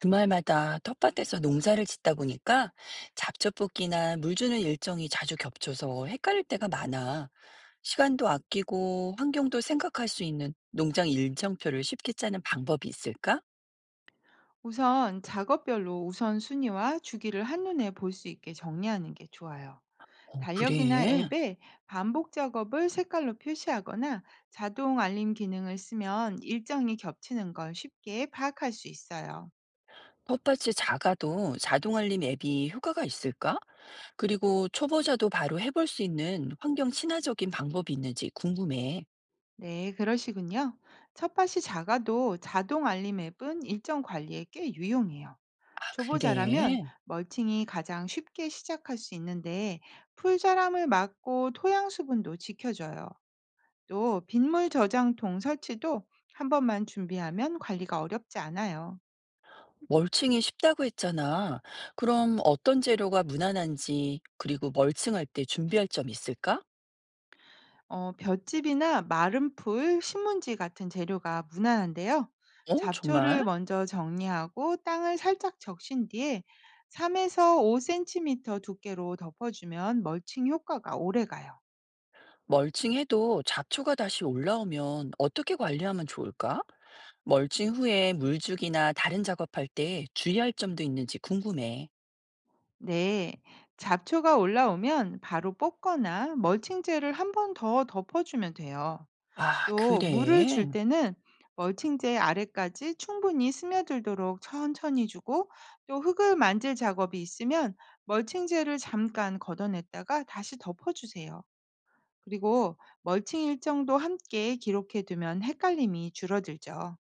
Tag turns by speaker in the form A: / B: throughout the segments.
A: 주말마다 텃밭에서 농사를 짓다 보니까 잡초뽑기나 물 주는 일정이 자주 겹쳐서 헷갈릴 때가 많아. 시간도 아끼고 환경도 생각할 수 있는 농장 일정표를 쉽게 짜는 방법이 있을까?
B: 우선 작업별로 우선순위와 주기를 한눈에 볼 수 있게 정리하는 게 좋아요.
A: 어,
B: 달력이나
A: 그래.
B: 앱에 반복 작업을 색깔로 표시하거나 자동 알림 기능을 쓰면 일정이 겹치는 걸 쉽게 파악할 수 있어요.
A: 텃밭이 작아도 자동 알림 앱이 효과가 있을까? 그리고 초보자도 바로 해볼 수 있는 환경 친화적인 방법이 있는지 궁금해.
B: 네, 그러시군요. 텃밭이 작아도 자동 알림 앱은 일정 관리에 꽤 유용해요.
A: 아,
B: 초보자라면
A: 그래.
B: 멀칭이 가장 쉽게 시작할 수 있는데 풀자람을 막고 토양 수분도 지켜줘요. 또 빗물 저장통 설치도 한 번만 준비하면 관리가 어렵지 않아요.
A: 멀칭이 쉽다고 했잖아. 그럼 어떤 재료가 무난한지, 그리고 멀칭할 때 준비할 점 있을까?
B: 볏짚이나 마른 풀, 신문지 같은 재료가 무난한데요.
A: 어, 정말?
B: 잡초를 먼저 정리하고 땅을 살짝 적신 뒤에 3에서 5cm 두께로 덮어주면 멀칭 효과가 오래 가요.
A: 멀칭해도 잡초가 다시 올라오면 어떻게 관리하면 좋을까? 멀칭 후에 물주기나 다른 작업할 때 주의할 점도 있는지 궁금해.
B: 네, 잡초가 올라오면 바로 뽑거나 멀칭제를 한 번 더 덮어주면 돼요.
A: 아,
B: 또 물을 줄
A: 그래.
B: 때는 멀칭제 아래까지 충분히 스며들도록 천천히 주고 또 흙을 만질 작업이 있으면 멀칭제를 잠깐 걷어냈다가 다시 덮어주세요. 그리고 멀칭 일정도 함께 기록해 두면 헷갈림이 줄어들죠.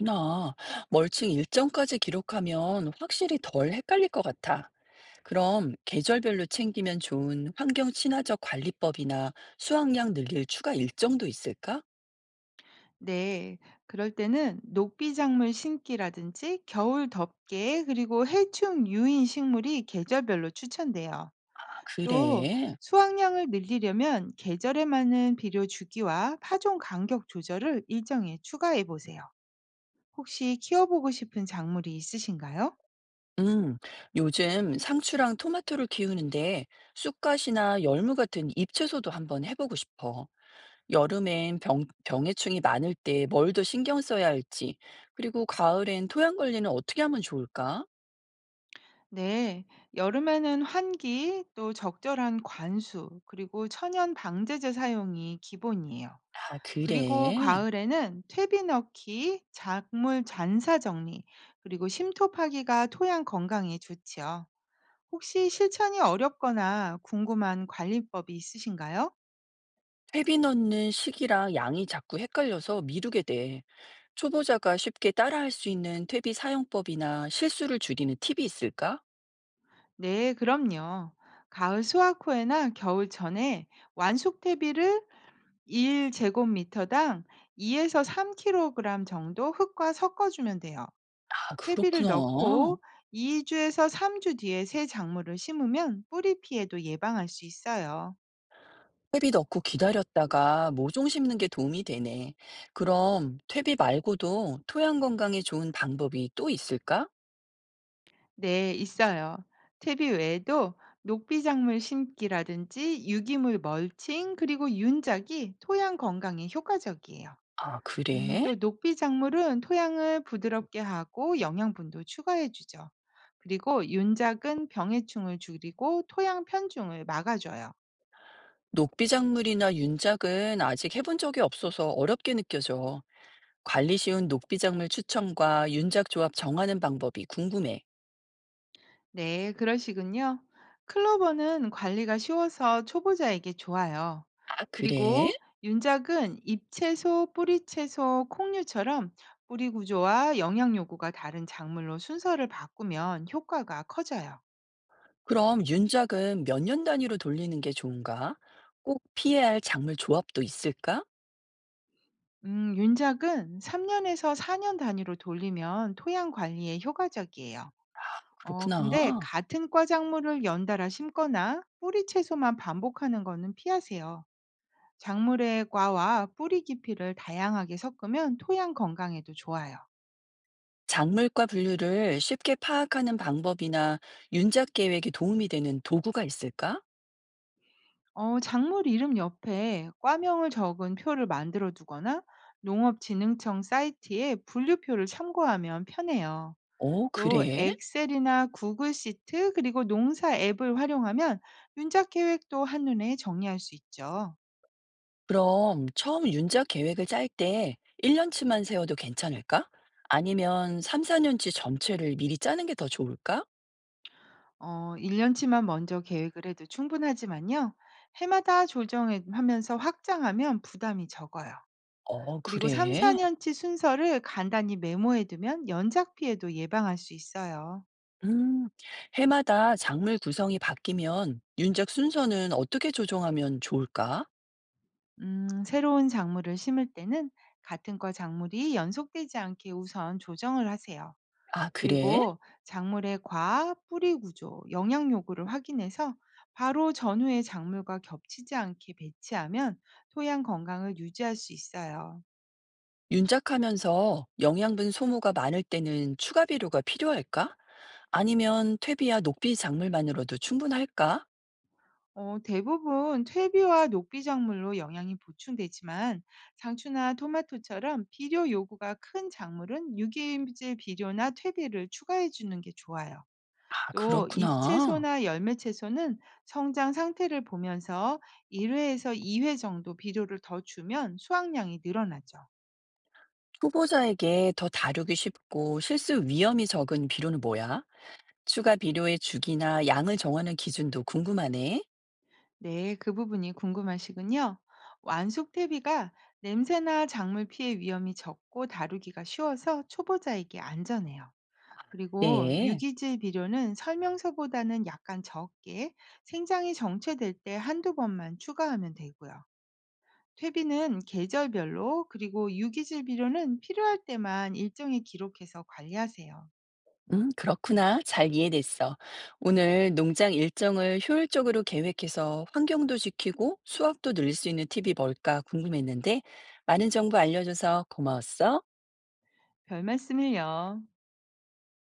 A: 나 멀칭 일정까지 기록하면 확실히 덜 헷갈릴 것 같아. 그럼 계절별로 챙기면 좋은 환경 친화적 관리법이나 수확량 늘릴 추가 일정도 있을까?
B: 네, 그럴 때는 녹비작물 심기라든지 겨울 덮개 그리고 해충 유인 식물이 계절별로 추천돼요.
A: 아,
B: 또
A: 그래.
B: 수확량을 늘리려면 계절에 맞는 비료 주기와 파종 간격 조절을 일정에 추가해 보세요. 혹시 키워보고 싶은 작물이 있으신가요?
A: 음, 요즘 상추랑 토마토를 키우는데 쑥갓이나 열무 같은 잎채소도 한번 해보고 싶어. 여름엔 병해충이 많을 때 뭘 더 신경 써야 할지, 그리고 가을엔 토양 관리는 어떻게 하면 좋을까?
B: 네, 여름에는 환기, 또 적절한 관수, 그리고 천연 방제제 사용이 기본이에요.
A: 아,
B: 그리고
A: 그래.
B: 가을에는 퇴비 넣기, 작물 잔사 정리, 그리고 심토 파기가 토양 건강에 좋지요. 혹시 실천이 어렵거나 궁금한 관리법이 있으신가요?
A: 퇴비 넣는 시기랑 양이 자꾸 헷갈려서 미루게 돼. 초보자가 쉽게 따라할 수 있는 퇴비 사용법이나 실수를 줄이는 팁이 있을까?
B: 네, 그럼요. 가을 수확 후에나 겨울 전에 완숙 퇴비를 1제곱미터당 2에서 3kg 정도 흙과 섞어주면 돼요.
A: 아,
B: 퇴비를
A: 그렇구나.
B: 넣고 2주에서 3주 뒤에 새 작물을 심으면 뿌리 피해도 예방할 수 있어요.
A: 퇴비 넣고 기다렸다가 모종 심는 게 도움이 되네. 그럼 퇴비 말고도 토양 건강에 좋은 방법이 또 있을까?
B: 네, 있어요. 퇴비 외에도 녹비 작물 심기라든지 유기물 멀칭 그리고 윤작이 토양 건강에 효과적이에요.
A: 아, 그래?
B: 또 녹비 작물은 토양을 부드럽게 하고 영양분도 추가해 주죠. 그리고 윤작은 병해충을 줄이고 토양 편중을 막아줘요.
A: 녹비작물이나 윤작은 아직 해본 적이 없어서 어렵게 느껴져. 관리 쉬운 녹비작물 추천과 윤작 조합 정하는 방법이 궁금해.
B: 네, 그러시군요. 클로버는 관리가 쉬워서 초보자에게 좋아요.
A: 아, 그래?
B: 그리고 윤작은 잎채소, 뿌리채소, 콩류처럼 뿌리 구조와 영양 요구가 다른 작물로 순서를 바꾸면 효과가 커져요.
A: 그럼 윤작은 몇 년 단위로 돌리는 게 좋은가? 꼭 피해야 할 작물 조합도 있을까?
B: 윤작은 3년에서 4년 단위로 돌리면 토양 관리에 효과적이에요. 근데
A: 그렇구나.
B: 같은 과 작물을 연달아 심거나 뿌리 채소만 반복하는 거는 피하세요. 작물의 과와 뿌리 깊이를 다양하게 섞으면 토양 건강에도 좋아요.
A: 작물과 분류를 쉽게 파악하는 방법이나 윤작 계획에 도움이 되는 도구가 있을까?
B: 작물 이름 옆에 과명을 적은 표를 만들어 두거나 농업진흥청 사이트에 분류표를 참고하면 편해요.
A: 어,
B: 또
A: 그래?
B: 엑셀이나 구글 시트 그리고 농사 앱을 활용하면 윤작 계획도 한눈에 정리할 수 있죠.
A: 그럼 처음 윤작 계획을 짤 때 1년치만 세워도 괜찮을까? 아니면 3, 4년치 전체를 미리 짜는 게 더 좋을까?
B: 1년치만 먼저 계획을 해도 충분하지만요. 해마다 조정하면서 확장하면 부담이 적어요.
A: 어,
B: 그리고 3,
A: 그래.
B: 4년치 순서를 간단히 메모해두면 연작 피해도 예방할 수 있어요.
A: 음, 해마다 작물 구성이 바뀌면 윤작 순서는 어떻게 조정하면 좋을까?
B: 새로운 작물을 심을 때는 같은 과 작물이 연속되지 않게 우선 조정을 하세요.
A: 아, 그래?
B: 그리고 작물의 과 뿌리 구조, 영양 요구를 확인해서 바로 전후에 작물과 겹치지 않게 배치하면 토양 건강을 유지할 수 있어요.
A: 윤작하면서 영양분 소모가 많을 때는 추가 비료가 필요할까? 아니면 퇴비야 녹비 작물만으로도 충분할까?
B: 대부분 퇴비와 녹비 작물로 영양이 보충되지만 상추나 토마토처럼 비료 요구가 큰 작물은 유기질 비료나 퇴비를 추가해 주는 게 좋아요.
A: 아,
B: 또
A: 그렇구나.
B: 잎채소나 열매채소는 성장 상태를 보면서 1회에서 2회 정도 비료를 더 주면 수확량이 늘어나죠.
A: 초보자에게 더 다루기 쉽고 실수 위험이 적은 비료는 뭐야? 추가 비료의 주기나 양을 정하는 기준도 궁금하네.
B: 네, 그 부분이 궁금하시군요. 완숙태비가 냄새나 작물 피해 위험이 적고 다루기가 쉬워서 초보자에게 안전해요. 그리고
A: 네.
B: 유기질 비료는 설명서보다는 약간 적게 생장이 정체될 때 한두 번만 추가하면 되고요. 퇴비는 계절별로 그리고 유기질 비료는 필요할 때만 일정히 기록해서 관리하세요.
A: 그렇구나. 잘 이해됐어. 오늘 농장 일정을 효율적으로 계획해서 환경도 지키고 수확도 늘릴 수 있는 팁이 뭘까 궁금했는데, 많은 정보 알려줘서 고마웠어.
B: 별 말씀을요.